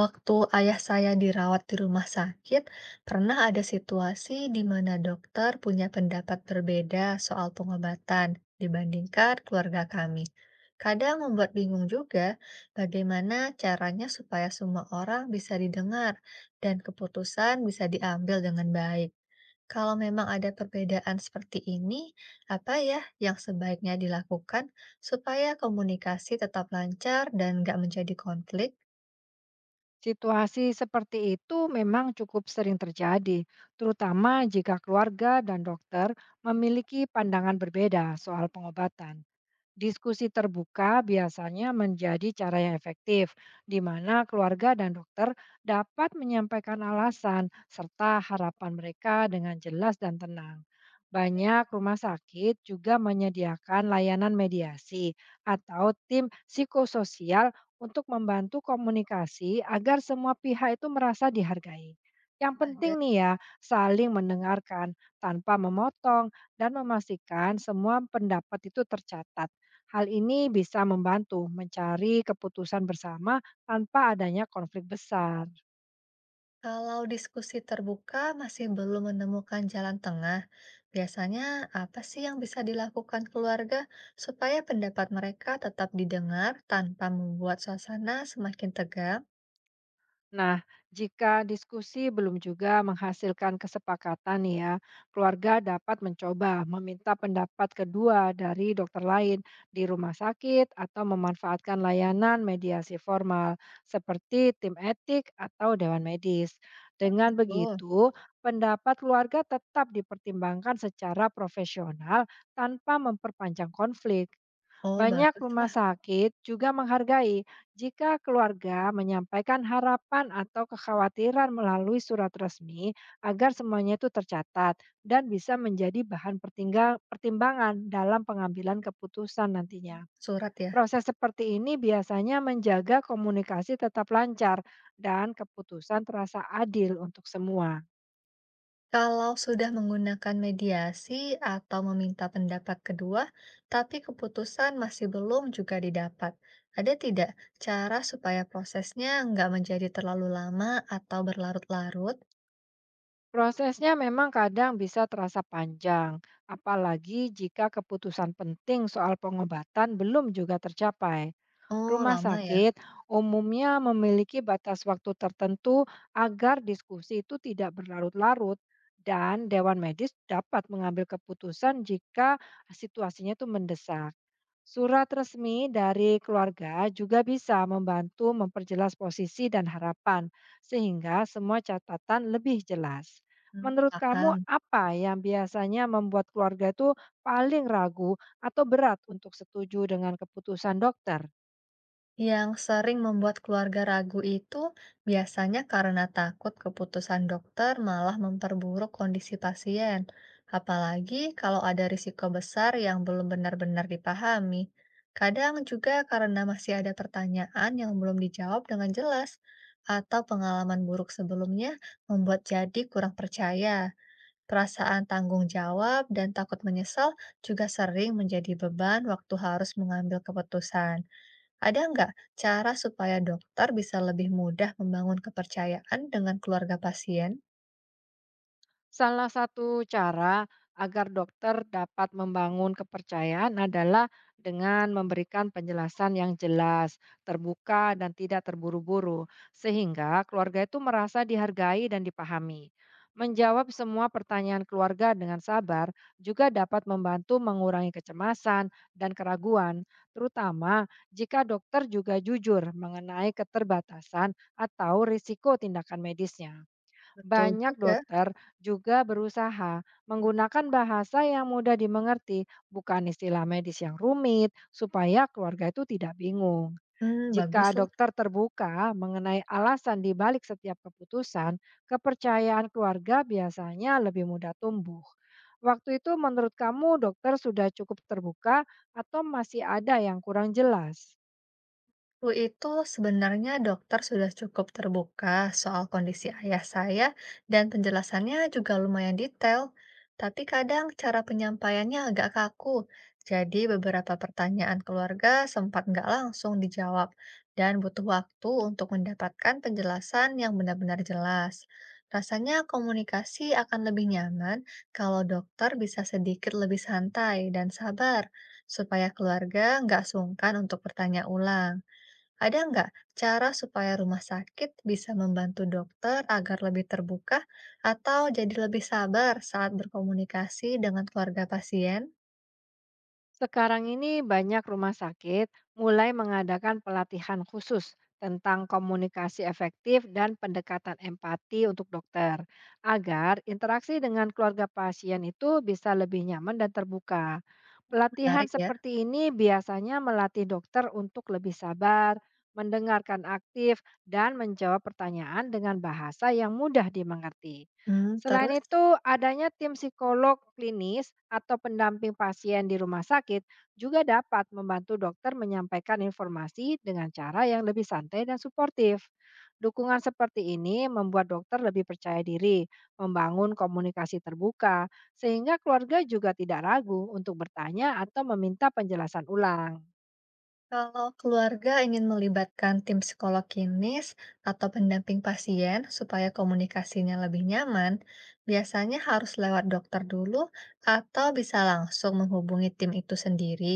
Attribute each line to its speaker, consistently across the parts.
Speaker 1: Waktu ayah saya dirawat di rumah sakit, pernah ada situasi di mana dokter punya pendapat berbeda soal pengobatan dibandingkan keluarga kami. Kadang membuat bingung juga bagaimana caranya supaya semua orang bisa didengar dan keputusan bisa diambil dengan baik. Kalau memang ada perbedaan seperti ini, apa ya yang sebaiknya dilakukan supaya komunikasi tetap lancar dan nggak menjadi konflik?
Speaker 2: Situasi seperti itu memang cukup sering terjadi, terutama jika keluarga dan dokter memiliki pandangan berbeda soal pengobatan. Diskusi terbuka biasanya menjadi cara yang efektif, di mana keluarga dan dokter dapat menyampaikan alasan serta harapan mereka dengan jelas dan tenang. Banyak rumah sakit juga menyediakan layanan mediasi atau tim psikososial untuk membantu komunikasi agar semua pihak itu merasa dihargai. Yang penting
Speaker 1: Ada.
Speaker 2: nih ya, saling mendengarkan tanpa memotong dan memastikan semua pendapat itu tercatat. Hal ini bisa membantu mencari keputusan bersama tanpa adanya konflik besar.
Speaker 1: Kalau diskusi terbuka masih belum menemukan jalan tengah, biasanya apa sih yang bisa dilakukan keluarga supaya pendapat mereka tetap didengar tanpa membuat suasana semakin tegang?
Speaker 2: Nah, jika diskusi belum juga menghasilkan kesepakatan nih ya, keluarga dapat mencoba meminta pendapat kedua dari dokter lain di rumah sakit atau memanfaatkan layanan mediasi formal seperti tim etik atau dewan medis.
Speaker 1: Oh
Speaker 2: Dengan
Speaker 1: gitu.
Speaker 2: begitu, pendapat keluarga tetap dipertimbangkan secara profesional tanpa memperpanjang konflik.
Speaker 1: Oh
Speaker 2: Banyak rumah
Speaker 1: baguslah,
Speaker 2: sakit juga menghargai jika keluarga menyampaikan harapan atau kekhawatiran melalui surat resmi agar semuanya itu tercatat dan bisa menjadi bahan pertimbangan dalam pengambilan keputusan nantinya.
Speaker 1: surat ya.
Speaker 2: Proses seperti ini biasanya menjaga komunikasi tetap lancar dan keputusan terasa adil untuk semua.
Speaker 1: Kalau sudah menggunakan mediasi atau meminta pendapat kedua, tapi keputusan masih belum juga didapat, ada tidak cara supaya prosesnya nggak menjadi terlalu lama atau berlarut-larut?
Speaker 2: Prosesnya memang kadang bisa terasa panjang, apalagi jika keputusan penting soal pengobatan belum juga tercapai.
Speaker 1: Oh,
Speaker 2: Rumah
Speaker 1: lama ya?
Speaker 2: sakit umumnya memiliki batas waktu tertentu agar diskusi itu tidak berlarut-larut dan dewan medis dapat mengambil keputusan jika situasinya itu mendesak. Surat resmi dari keluarga juga bisa membantu memperjelas posisi dan harapan sehingga semua catatan lebih jelas.
Speaker 1: Hmm.
Speaker 2: Menurut kamu
Speaker 1: Paham.
Speaker 2: apa yang biasanya membuat keluarga itu paling ragu atau berat untuk setuju dengan keputusan dokter?
Speaker 1: Yang sering membuat keluarga ragu itu biasanya karena takut keputusan dokter malah memperburuk kondisi pasien. Apalagi kalau ada risiko besar yang belum benar-benar dipahami. Kadang juga karena masih ada pertanyaan yang belum dijawab dengan jelas, atau pengalaman buruk sebelumnya membuat jadi kurang percaya. Perasaan tanggung jawab dan takut menyesal juga sering menjadi beban waktu harus mengambil keputusan. Ada nggak cara supaya dokter bisa lebih mudah membangun kepercayaan dengan keluarga pasien?
Speaker 2: Salah satu cara agar dokter dapat membangun kepercayaan adalah dengan memberikan penjelasan yang jelas, terbuka, dan tidak terburu-buru, sehingga keluarga itu merasa dihargai dan dipahami. Menjawab semua pertanyaan keluarga dengan sabar juga dapat membantu mengurangi kecemasan dan keraguan, terutama jika dokter juga jujur mengenai keterbatasan atau risiko tindakan medisnya.
Speaker 1: Betul
Speaker 2: Banyak
Speaker 1: juga.
Speaker 2: dokter juga berusaha menggunakan bahasa yang mudah dimengerti, bukan istilah medis yang rumit, supaya keluarga itu tidak bingung.
Speaker 1: Hmm,
Speaker 2: Jika
Speaker 1: bagus.
Speaker 2: dokter terbuka mengenai alasan di balik setiap keputusan, kepercayaan keluarga biasanya lebih mudah tumbuh. Waktu itu, menurut kamu, dokter sudah cukup terbuka atau masih ada yang kurang jelas?
Speaker 1: Waktu itu sebenarnya dokter sudah cukup terbuka soal kondisi ayah saya dan penjelasannya juga lumayan detail, tapi kadang cara penyampaiannya agak kaku. Jadi beberapa pertanyaan keluarga sempat nggak langsung dijawab dan butuh waktu untuk mendapatkan penjelasan yang benar-benar jelas. Rasanya komunikasi akan lebih nyaman kalau dokter bisa sedikit lebih santai dan sabar, supaya keluarga nggak sungkan untuk bertanya ulang. Ada nggak cara supaya rumah sakit bisa membantu dokter agar lebih terbuka atau jadi lebih sabar saat berkomunikasi dengan keluarga pasien?
Speaker 2: Sekarang ini banyak rumah sakit mulai mengadakan pelatihan khusus tentang komunikasi efektif dan pendekatan empati untuk dokter, agar interaksi dengan keluarga pasien itu bisa lebih nyaman dan terbuka. Pelatihan
Speaker 1: Menarik ya.
Speaker 2: seperti ini biasanya melatih dokter untuk lebih sabar, mendengarkan aktif, dan menjawab pertanyaan dengan bahasa yang mudah dimengerti.
Speaker 1: Hmm,
Speaker 2: Selain
Speaker 1: terus,
Speaker 2: itu, adanya tim psikolog klinis atau pendamping pasien di rumah sakit juga dapat membantu dokter menyampaikan informasi dengan cara yang lebih santai dan suportif. Dukungan seperti ini membuat dokter lebih percaya diri, membangun komunikasi terbuka, sehingga keluarga juga tidak ragu untuk bertanya atau meminta penjelasan ulang.
Speaker 1: kalau keluarga ingin melibatkan tim psikolog klinis atau pendamping pasien supaya komunikasinya lebih nyaman, biasanya harus lewat dokter dulu atau bisa langsung menghubungi tim itu sendiri.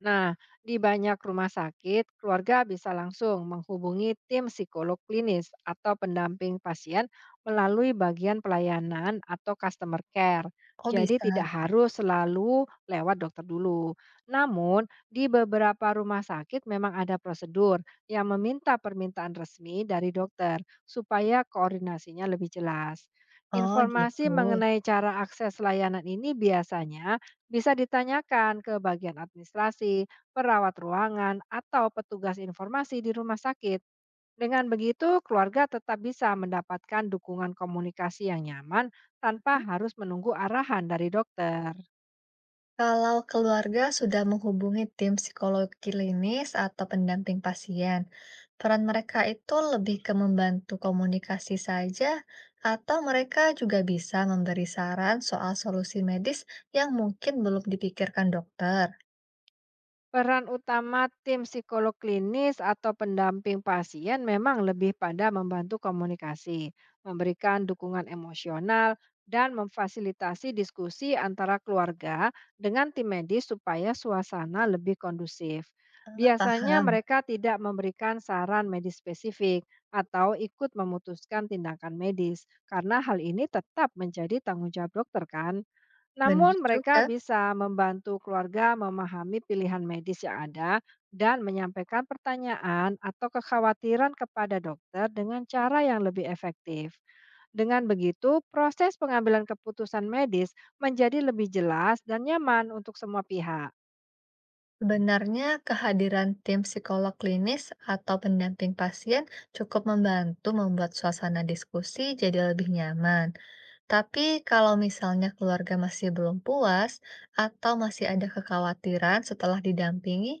Speaker 2: Nah, di banyak rumah sakit, keluarga bisa langsung menghubungi tim psikolog klinis atau pendamping pasien melalui bagian pelayanan atau customer care.
Speaker 1: Oh,
Speaker 2: Jadi
Speaker 1: bisa.
Speaker 2: tidak harus selalu lewat dokter dulu. Namun, di beberapa rumah sakit memang ada prosedur yang meminta permintaan resmi dari dokter supaya koordinasinya lebih jelas.
Speaker 1: Oh, gitu.
Speaker 2: Informasi mengenai cara akses layanan ini biasanya bisa ditanyakan ke bagian administrasi, perawat ruangan, atau petugas informasi di rumah sakit. Dengan begitu, keluarga tetap bisa mendapatkan dukungan komunikasi yang nyaman
Speaker 1: Hmm.
Speaker 2: tanpa harus menunggu arahan dari dokter.
Speaker 1: Kalau keluarga sudah menghubungi tim psikologi klinis atau pendamping pasien, peran mereka itu lebih ke membantu komunikasi saja, atau mereka juga bisa memberi saran soal solusi medis yang mungkin belum dipikirkan dokter.
Speaker 2: Peran utama tim psikolog klinis atau pendamping pasien memang lebih pada membantu komunikasi, memberikan dukungan emosional, dan memfasilitasi diskusi antara keluarga dengan tim medis supaya suasana lebih kondusif.
Speaker 1: Ah,
Speaker 2: Biasanya
Speaker 1: paham,
Speaker 2: mereka tidak memberikan saran medis spesifik atau ikut memutuskan tindakan medis, karena hal ini tetap menjadi tanggung jawab dokter kan.
Speaker 1: benar
Speaker 2: Namun, mereka
Speaker 1: juga.
Speaker 2: bisa membantu keluarga memahami pilihan medis yang ada dan menyampaikan pertanyaan atau kekhawatiran kepada dokter dengan cara yang lebih efektif. Dengan begitu, proses pengambilan keputusan medis menjadi lebih jelas dan nyaman untuk semua pihak.
Speaker 1: Sebenarnya, kehadiran tim psikolog klinis atau pendamping pasien cukup membantu membuat suasana diskusi jadi lebih nyaman. Tapi, kalau misalnya keluarga masih belum puas atau masih ada kekhawatiran setelah didampingi,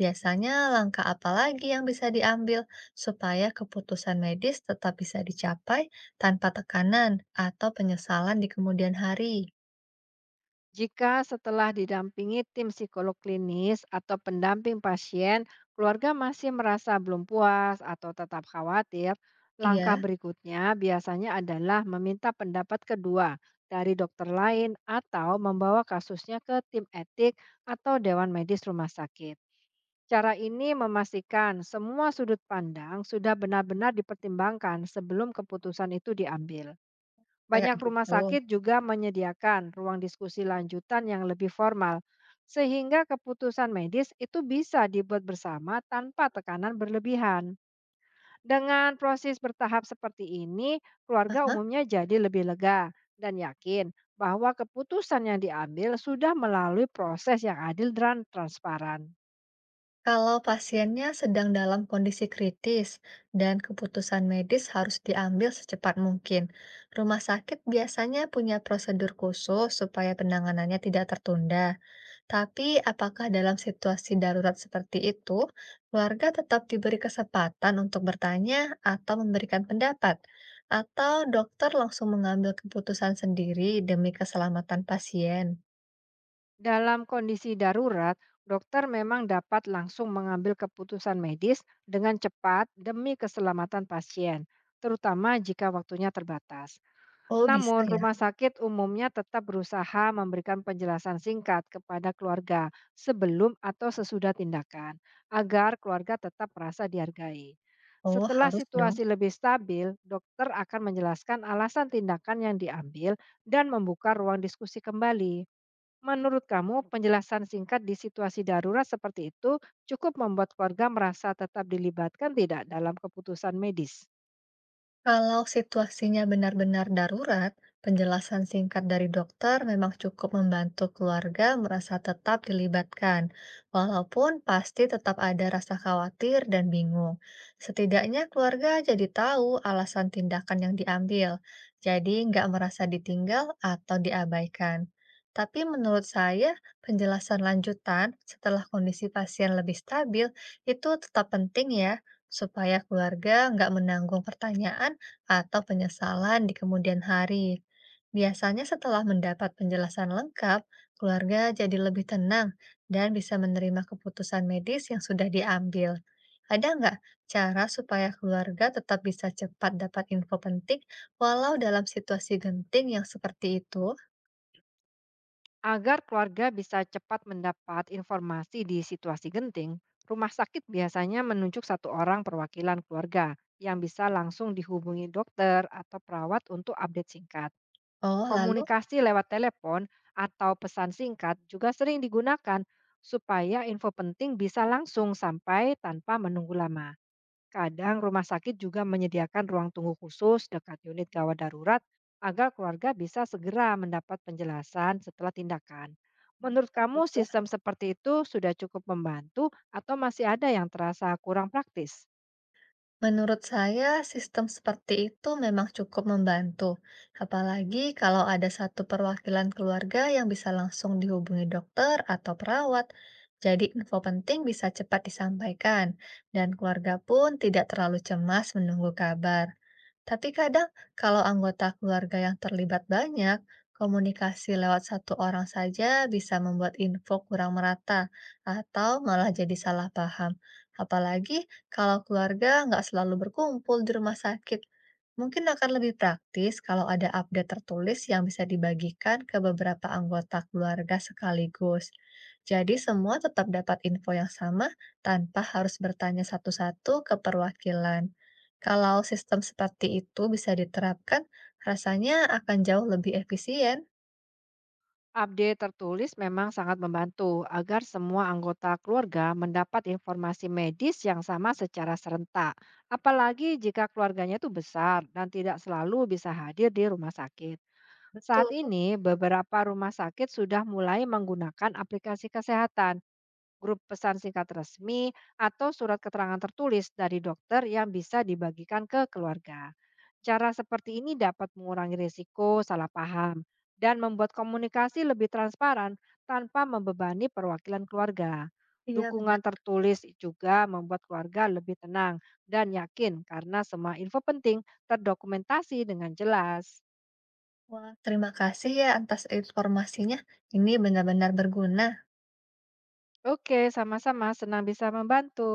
Speaker 1: biasanya langkah apa lagi yang bisa diambil supaya keputusan medis tetap bisa dicapai tanpa tekanan atau penyesalan di kemudian hari?
Speaker 2: Jika setelah didampingi tim psikolog klinis atau pendamping pasien, keluarga masih merasa belum puas atau tetap khawatir, langkah
Speaker 1: Iya,
Speaker 2: berikutnya biasanya adalah meminta pendapat kedua dari dokter lain atau membawa kasusnya ke tim etik atau dewan medis rumah sakit. Cara ini memastikan semua sudut pandang sudah benar-benar dipertimbangkan sebelum keputusan itu diambil.
Speaker 1: kayak
Speaker 2: Banyak
Speaker 1: gitu.
Speaker 2: rumah sakit juga menyediakan ruang diskusi lanjutan yang lebih formal, sehingga keputusan medis itu bisa dibuat bersama tanpa tekanan berlebihan. Dengan proses bertahap seperti ini, keluarga umumnya jadi lebih lega dan yakin bahwa keputusan yang diambil sudah melalui proses yang adil dan transparan.
Speaker 1: Kalau pasiennya sedang dalam kondisi kritis dan keputusan medis harus diambil secepat mungkin, rumah sakit biasanya punya prosedur khusus supaya penanganannya tidak tertunda. Tapi, apakah dalam situasi darurat seperti itu, keluarga tetap diberi kesempatan untuk bertanya atau memberikan pendapat, atau dokter langsung mengambil keputusan sendiri demi keselamatan pasien?
Speaker 2: Dalam kondisi darurat, dokter memang dapat langsung mengambil keputusan medis dengan cepat demi keselamatan pasien, terutama jika waktunya terbatas.
Speaker 1: Oh, bisa
Speaker 2: Namun,
Speaker 1: ya?
Speaker 2: rumah sakit umumnya tetap berusaha memberikan penjelasan singkat kepada keluarga sebelum atau sesudah tindakan, agar keluarga tetap merasa dihargai.
Speaker 1: Oh,
Speaker 2: Setelah
Speaker 1: harus dong.
Speaker 2: situasi lebih stabil, dokter akan menjelaskan alasan tindakan yang diambil dan membuka ruang diskusi kembali. Menurut kamu, penjelasan singkat di situasi darurat seperti itu cukup membuat keluarga merasa tetap dilibatkan tidak dalam keputusan medis?
Speaker 1: Kalau situasinya benar-benar darurat, penjelasan singkat dari dokter memang cukup membantu keluarga merasa tetap dilibatkan, walaupun pasti tetap ada rasa khawatir dan bingung. Setidaknya keluarga jadi tahu alasan tindakan yang diambil, jadi nggak merasa ditinggal atau diabaikan. Tapi menurut saya, penjelasan lanjutan setelah kondisi pasien lebih stabil itu tetap penting ya, supaya keluarga nggak menanggung pertanyaan atau penyesalan di kemudian hari. Biasanya setelah mendapat penjelasan lengkap, keluarga jadi lebih tenang dan bisa menerima keputusan medis yang sudah diambil. Ada nggak cara supaya keluarga tetap bisa cepat dapat info penting walau dalam situasi genting yang seperti itu?
Speaker 2: Agar keluarga bisa cepat mendapat informasi di situasi genting, rumah sakit biasanya menunjuk satu orang perwakilan keluarga yang bisa langsung dihubungi dokter atau perawat untuk update singkat.
Speaker 1: Oh, lalu?
Speaker 2: Komunikasi lewat telepon atau pesan singkat juga sering digunakan supaya info penting bisa langsung sampai tanpa menunggu lama. Kadang rumah sakit juga menyediakan ruang tunggu khusus dekat unit gawat darurat agar keluarga bisa segera mendapat penjelasan setelah tindakan.
Speaker 1: Hmm,
Speaker 2: Menurut kamu
Speaker 1: bagus.
Speaker 2: sistem seperti itu sudah cukup membantu atau masih ada yang terasa kurang praktis?
Speaker 1: Menurut saya, sistem seperti itu memang cukup membantu, apalagi kalau ada satu perwakilan keluarga yang bisa langsung dihubungi dokter atau perawat. Jadi, info penting bisa cepat disampaikan, dan keluarga pun tidak terlalu cemas menunggu kabar. Tapi kadang, kalau anggota keluarga yang terlibat banyak, komunikasi lewat satu orang saja bisa membuat info kurang merata atau malah jadi salah paham. Apalagi kalau keluarga nggak selalu berkumpul di rumah sakit, mungkin akan lebih praktis kalau ada update tertulis yang bisa dibagikan ke beberapa anggota keluarga sekaligus. Jadi semua tetap dapat info yang sama tanpa harus bertanya satu-satu ke perwakilan. Kalau sistem seperti itu bisa diterapkan, rasanya akan jauh lebih efisien.
Speaker 2: Update tertulis memang sangat membantu agar semua anggota keluarga mendapat informasi medis yang sama secara serentak, apalagi jika keluarganya itu besar dan tidak selalu bisa hadir di rumah sakit. Saat
Speaker 1: Betul,
Speaker 2: ini, beberapa rumah sakit sudah mulai menggunakan aplikasi kesehatan, grup pesan singkat resmi, atau surat keterangan tertulis dari dokter yang bisa dibagikan ke keluarga. Cara seperti ini dapat mengurangi risiko salah paham dan membuat komunikasi lebih transparan tanpa membebani perwakilan keluarga.
Speaker 1: iya benar.
Speaker 2: Dukungan tertulis juga membuat keluarga lebih tenang dan yakin karena semua info penting terdokumentasi dengan jelas.
Speaker 1: Wah, terima kasih ya atas informasinya. Ini benar-benar berguna.
Speaker 2: Oke, sama-sama, senang bisa membantu.